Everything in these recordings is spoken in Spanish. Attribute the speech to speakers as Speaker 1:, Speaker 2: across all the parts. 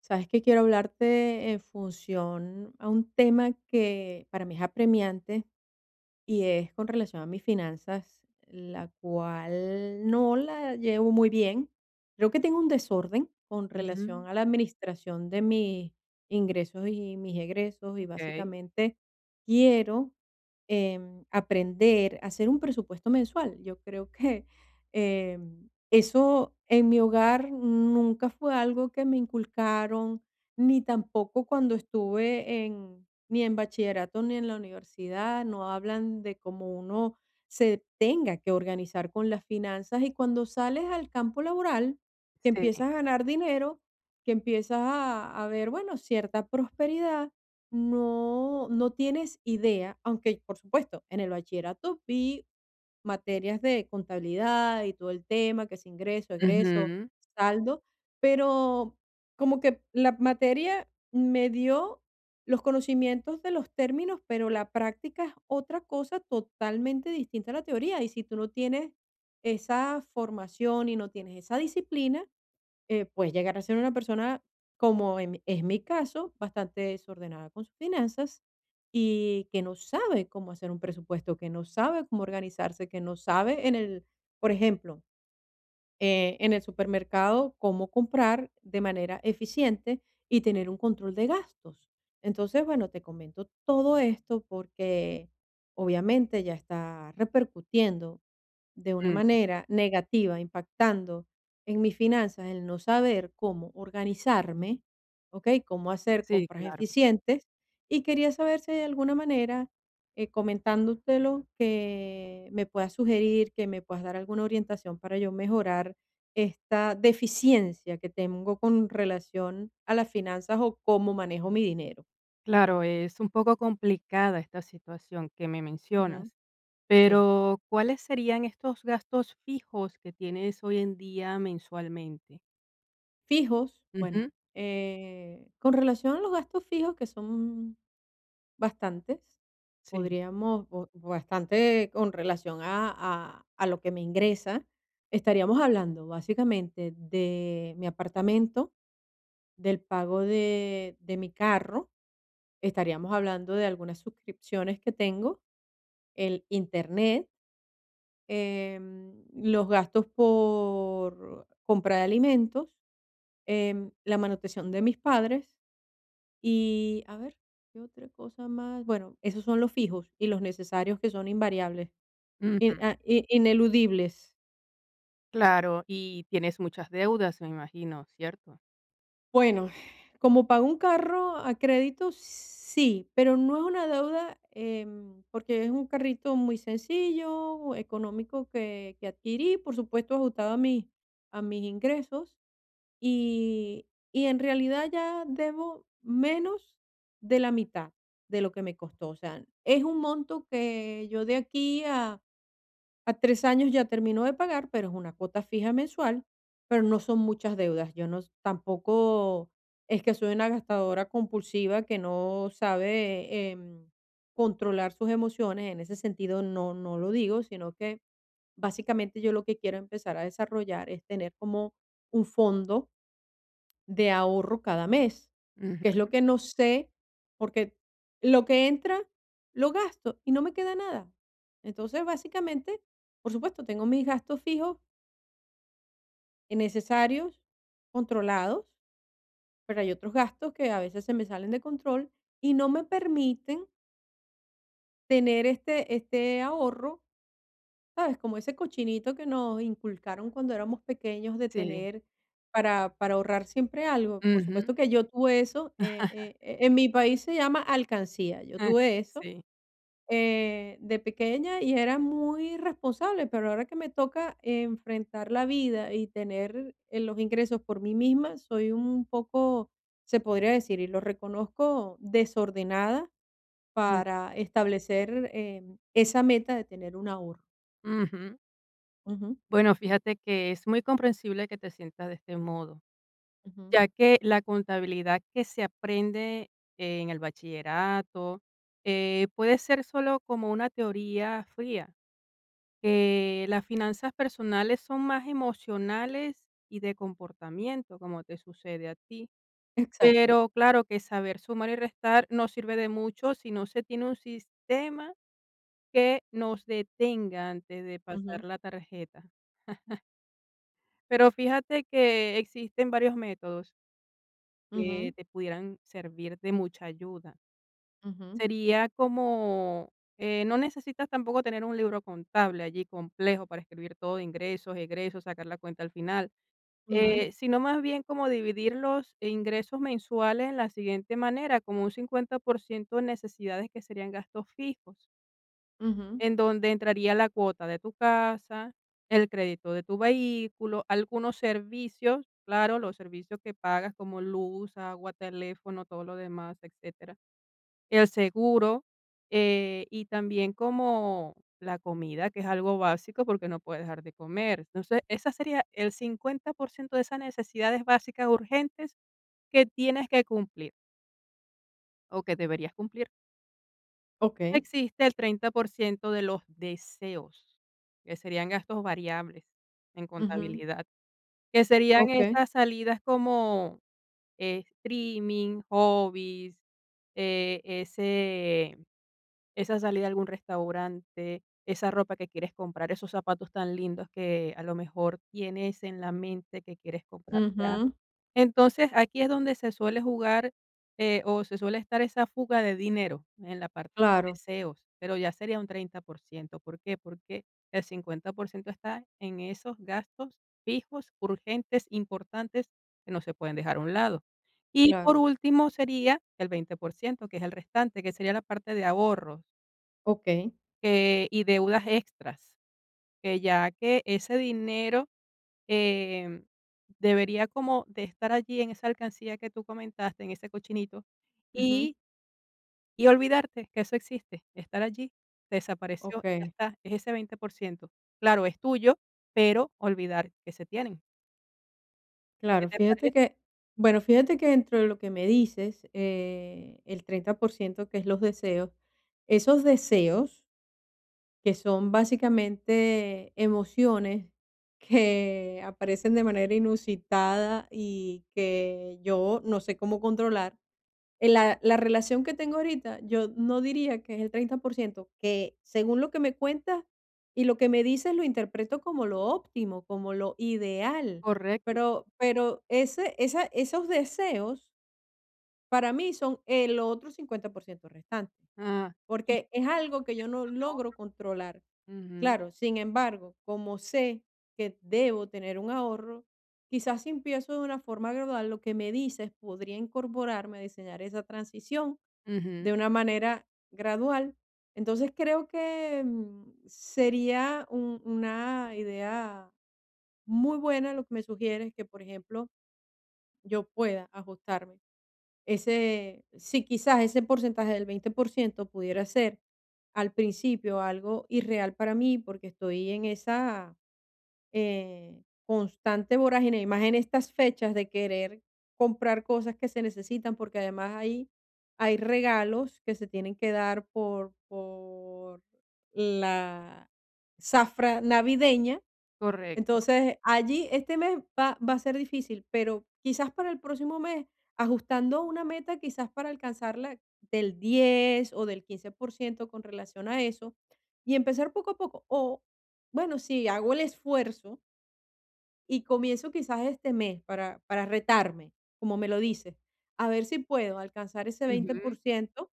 Speaker 1: Sabes que quiero hablarte en función a un tema que para mí es apremiante y es con relación a mis finanzas, la cual no la llevo muy bien. Creo que tengo un desorden con relación
Speaker 2: Ujú,
Speaker 1: a la administración de mis ingresos y mis egresos y
Speaker 2: okey,
Speaker 1: básicamente quiero aprender a hacer un presupuesto mensual. Yo creo que eso en mi hogar nunca fue algo que me inculcaron, ni tampoco cuando estuve en ni en bachillerato, ni en la universidad, no hablan de cómo uno se tenga que organizar con las finanzas y cuando sales al campo laboral, que
Speaker 2: sí,
Speaker 1: empiezas a ganar dinero, que empiezas a ver, bueno, cierta prosperidad, no, no tienes idea, aunque por supuesto en el bachillerato vi materias de contabilidad y todo el tema, que es ingreso, egreso,
Speaker 2: ujú,
Speaker 1: saldo, pero como que la materia me dio los conocimientos de los términos, pero la práctica es otra cosa totalmente distinta a la teoría. Y si tú no tienes esa formación y no tienes esa disciplina, puedes llegar a ser una persona, como en es mi caso, bastante desordenada con sus finanzas y que no sabe cómo hacer un presupuesto, que no sabe cómo organizarse, que no sabe en el, por ejemplo, en el supermercado cómo comprar de manera eficiente y tener un control de gastos. Entonces, bueno, te comento todo esto porque obviamente ya está repercutiendo de una
Speaker 2: mm,
Speaker 1: manera negativa, impactando en mis finanzas, el no saber cómo organizarme, ¿ok? Cómo hacer
Speaker 2: sí,
Speaker 1: compras
Speaker 2: claro.
Speaker 1: eficientes, y quería saber si hay alguna manera, comentándotelo, que me puedas sugerir, que me puedas dar alguna orientación para yo mejorar esta deficiencia que tengo con relación a las finanzas o cómo manejo mi dinero.
Speaker 2: Claro, es un poco complicada esta situación que me
Speaker 1: Ujú,
Speaker 2: mencionas,
Speaker 1: sí.
Speaker 2: pero ¿cuáles serían estos gastos fijos que tienes hoy en día mensualmente?
Speaker 1: Fijos, bueno,
Speaker 2: Ujú,
Speaker 1: con relación a los gastos fijos, que son bastantes.
Speaker 2: sí,
Speaker 1: Podríamos, bo bastante con relación a a lo que me ingresa. Estaríamos hablando básicamente de mi apartamento, del pago de mi carro, estaríamos hablando de algunas suscripciones que tengo, el Internet, los gastos por compra de alimentos, la manutención de mis padres. Y a ver, ¿qué otra cosa más? Bueno, esos son los fijos y los necesarios que son invariables, in
Speaker 2: ujú,
Speaker 1: ah, i ineludibles.
Speaker 2: claro, y tienes muchas deudas, me imagino, ¿cierto?
Speaker 1: Bueno, como pago un carro a crédito, sí, pero no es una deuda, porque es un carrito muy sencillo, económico que adquirí, por supuesto, ajustado a mis ingresos. Y y en realidad ya debo menos de la mitad de lo que me costó. O sea, es un monto que yo de aquí a 3 años ya termino de pagar, pero es una cuota fija mensual, pero no son muchas deudas. Yo no s tampoco es que soy una gastadora compulsiva que no sabe, controlar sus emociones. En ese sentido, no no lo digo, sino que básicamente yo lo que quiero empezar a desarrollar es tener como un fondo de ahorro cada mes,
Speaker 2: Ujú,
Speaker 1: que es lo que no sé, porque lo que entra lo gasto y no me queda nada. Entonces, básicamente, por supuesto, tengo mis gastos fijos y necesarios, controlados, pero hay otros gastos que a veces se me salen de control y no me permiten tener este ahorro. ¿Sabes? Como ese cochinito que nos inculcaron cuando éramos pequeños de
Speaker 2: sí,
Speaker 1: tener para ahorrar siempre algo. Por
Speaker 2: ujú,
Speaker 1: supuesto que yo tuve eso, en mi país se llama alcancía, yo
Speaker 2: ah,
Speaker 1: tuve eso,
Speaker 2: sí,
Speaker 1: de pequeña y era muy responsable, pero ahora que me toca enfrentar la vida y tener, los ingresos por mí misma, soy un poco, se podría decir, y lo reconozco, desordenada
Speaker 2: mm,
Speaker 1: para establecer, esa meta de tener un ahorro.
Speaker 2: ujú.
Speaker 1: Ujú,
Speaker 2: Bueno, fíjate que es muy comprensible que te sientas de este modo.
Speaker 1: ujú.
Speaker 2: Ya que la contabilidad que se aprende en el bachillerato, puede ser solo como una teoría fría, que las finanzas personales son más emocionales y de comportamiento, como te sucede a ti.
Speaker 1: Exacto.
Speaker 2: Pero claro que saber sumar y restar no sirve de mucho si no se tiene un sistema que nos detenga antes de pasar
Speaker 1: Ujú,
Speaker 2: la tarjeta. Pero fíjate que existen varios métodos que
Speaker 1: ujú,
Speaker 2: te pudieran servir de mucha ayuda.
Speaker 1: ujú,
Speaker 2: Sería como, no necesitas tampoco tener un libro contable allí complejo para escribir todo, ingresos, egresos, sacar la cuenta al final,
Speaker 1: ujú,
Speaker 2: sino más bien como dividir los ingresos mensuales en la siguiente manera, como un 50% de necesidades que serían gastos fijos,
Speaker 1: ujú.
Speaker 2: en donde entraría la cuota de tu casa, el crédito de tu vehículo, algunos servicios, claro, los servicios que pagas como luz, agua, teléfono, todo lo demás, etcétera. El seguro, y también como la comida, que es algo básico porque no puedes dejar de comer. Entonces, esa sería el 50% de esas necesidades básicas urgentes que tienes que cumplir o que deberías cumplir.
Speaker 1: Okey.
Speaker 2: Existe el 30% de los deseos, que serían gastos variables en
Speaker 1: Ujú.
Speaker 2: contabilidad, que serían
Speaker 1: Okey.
Speaker 2: esas salidas como, streaming, hobbies, ese esa salida a algún restaurante, esa ropa que quieres comprar, esos zapatos tan lindos que a lo mejor tienes en la mente que quieres comprar ya.
Speaker 1: Ujú.
Speaker 2: Entonces, aquí es donde se suele jugar, o se suele estar esa fuga de dinero en la parte de los
Speaker 1: Claro,
Speaker 2: deseos, pero ya sería un 30%. ¿Por qué? Porque el 50% está en esos gastos fijos, urgentes, importantes, que no se pueden dejar a un lado. Y por
Speaker 1: claro.
Speaker 2: último sería el 20%, que es el restante, que sería la parte de ahorros.
Speaker 1: Okey.
Speaker 2: Que y deudas extras, que ya que ese dinero, em, debería como de estar allí en esa alcancía que tú comentaste, en ese cochinito,
Speaker 1: Ujú.
Speaker 2: y olvidarte que eso existe, estar allí, se desapareció y ya
Speaker 1: Okey,
Speaker 2: está, es ese 20%. Claro, es tuyo, pero olvidar que se tienen. ¿Qué
Speaker 1: claro.
Speaker 2: te
Speaker 1: Fíjate
Speaker 2: parece?
Speaker 1: que, bueno, fíjate que dentro de lo que me dices, el 30% que es los deseos, esos deseos que son básicamente emociones que aparecen de manera inusitada y que yo no sé cómo controlar. En la relación que tengo ahorita, yo no diría que es el 30% que según lo que me cuentas y lo que me dices, lo interpreto como lo óptimo, como lo ideal,
Speaker 2: Correcto.
Speaker 1: pero ese esa esos deseos para mí son el otro 50% restante,
Speaker 2: Ah, y
Speaker 1: porque es algo que yo
Speaker 2: 15%
Speaker 1: no
Speaker 2: los
Speaker 1: logro
Speaker 2: ahorros.
Speaker 1: controlar.
Speaker 2: Ujú,
Speaker 1: Claro, sin embargo, como sé que debo tener un ahorro, quizás si empiezo de una forma gradual, lo que me dices podría incorporarme a diseñar esa transición de
Speaker 2: ujú,
Speaker 1: una manera gradual. Entonces creo que mm, sería una idea muy buena lo que me sugieres que, por ejemplo, yo pueda ajustarme. Ese, si quizás ese porcentaje del 20% pudiera ser al principio algo irreal para mí porque estoy en esa constante vorágine, y más en estas fechas de querer comprar cosas que se necesitan, porque además ahí hay regalos que se tienen que dar por la zafra navideña.
Speaker 2: correcto.
Speaker 1: Entonces, allí este mes va a ser difícil, pero quizás para el próximo mes, ajustando una meta, quizás para alcanzarla del 10 o del 15% con relación a eso, y empezar poco a poco. O, bueno, si hago el esfuerzo, y comienzo quizás este mes para retarme, como me lo dices, a ver si puedo alcanzar ese veinte
Speaker 2: Ujú,
Speaker 1: por ciento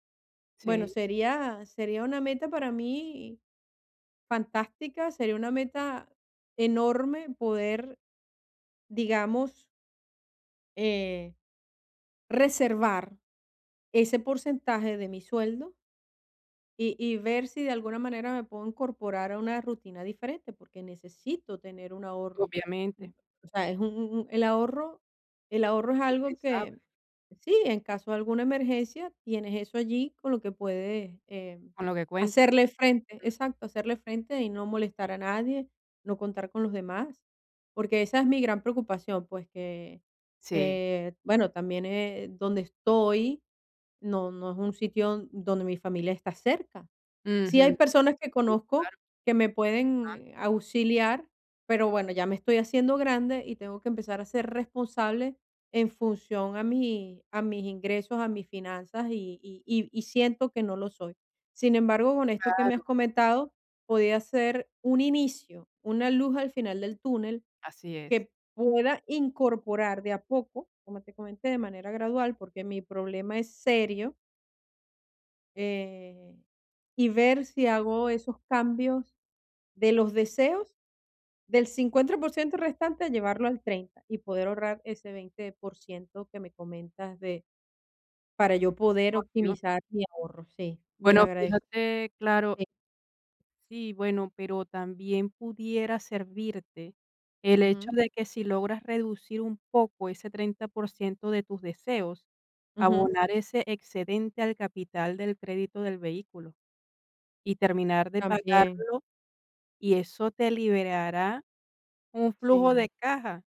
Speaker 1: Bueno,
Speaker 2: sí,
Speaker 1: sería, sería una meta para mí fantástica, sería una meta enorme poder, digamos, eh, reservar ese porcentaje de mi sueldo. Y ver si de alguna manera me puedo incorporar a una rutina diferente, porque necesito tener un ahorro. Mm,
Speaker 2: obviamente,
Speaker 1: o sea, es un el ahorro el ahorro es algo
Speaker 2: indispensable,
Speaker 1: que sí, en caso de alguna emergencia, tienes eso allí con lo que puedes,
Speaker 2: con lo que cuenta.
Speaker 1: hacerle frente
Speaker 2: Ujú.
Speaker 1: exacto, hacerle frente y no molestar a nadie, no contar con los demás, porque esa es mi gran preocupación, pues, que
Speaker 2: Sí.
Speaker 1: que, bueno, también, donde estoy no, no es un sitio donde mi familia está cerca. Sí hay
Speaker 2: Ujú.
Speaker 1: personas que
Speaker 2: Sí,
Speaker 1: conozco
Speaker 2: claro,
Speaker 1: que me pueden
Speaker 2: ah,
Speaker 1: auxiliar, pero bueno, ya me estoy haciendo grande y tengo que empezar a ser responsable en función a mis ingresos, a mis finanzas y siento que no lo soy. Sin embargo, con esto que me
Speaker 2: claro,
Speaker 1: has comentado, podía ser un inicio, una luz al final del túnel
Speaker 2: así
Speaker 1: que
Speaker 2: es,
Speaker 1: pueda incorporar de a poco, como te comenté, de manera gradual, porque mi problema es serio. Eh, y ver si hago esos cambios de los deseos del 50% restante a llevarlo al 30 y poder ahorrar ese 20% que me comentas de para yo poder
Speaker 2: obvio.
Speaker 1: optimizar mi ahorro. Sí, mira,
Speaker 2: Bueno,
Speaker 1: agradezco.
Speaker 2: fíjate, claro,
Speaker 1: Sí,
Speaker 2: sí, bueno, pero también pudiera servirte el hecho
Speaker 1: ujú,
Speaker 2: de que si logras reducir un poco ese 30% de tus deseos,
Speaker 1: ujú,
Speaker 2: abonar ese excedente al capital del crédito del vehículo y terminar de
Speaker 1: también,
Speaker 2: pagarlo, y eso te liberará un flujo de
Speaker 1: sí,
Speaker 2: caja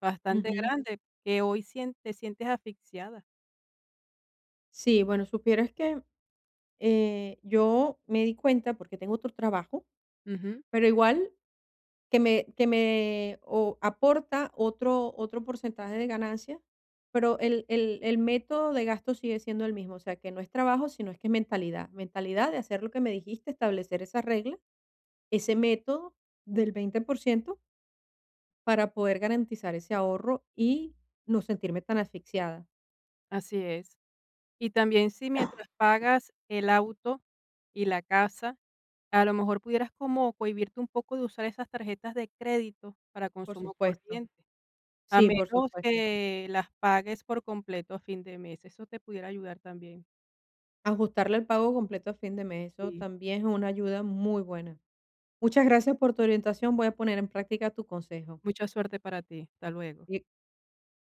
Speaker 2: bastante
Speaker 1: ujú.
Speaker 2: grande, que hoy sien te sientes asfixiada.
Speaker 1: Sí, bueno, supieras que, yo me di cuenta porque tengo otro trabajo,
Speaker 2: Ujú.
Speaker 1: pero igual que me o aporta otro porcentaje de ganancia, pero el método de gasto sigue siendo el mismo, o sea, que no es trabajo, sino es que es mentalidad, mentalidad de hacer lo que me dijiste, establecer esa regla, ese método del 20% para poder garantizar ese ahorro y no sentirme tan asfixiada,
Speaker 2: Así es. Y también si mientras pagas el auto y la casa, a lo mejor pudieras como cohibirte un poco de usar esas tarjetas de crédito para
Speaker 1: por
Speaker 2: consumo
Speaker 1: supuesto.
Speaker 2: corriente, a
Speaker 1: Sí, por
Speaker 2: menos
Speaker 1: supuesto.
Speaker 2: que las pagues por completo a fin de mes. Eso te pudiera ayudar también.
Speaker 1: Ajustarle el pago completo a fin de mes, eso
Speaker 2: Sí.
Speaker 1: también es una ayuda muy buena. Muchas gracias por tu orientación, voy a poner en práctica tu consejo.
Speaker 2: Mucha suerte para ti. Hasta luego.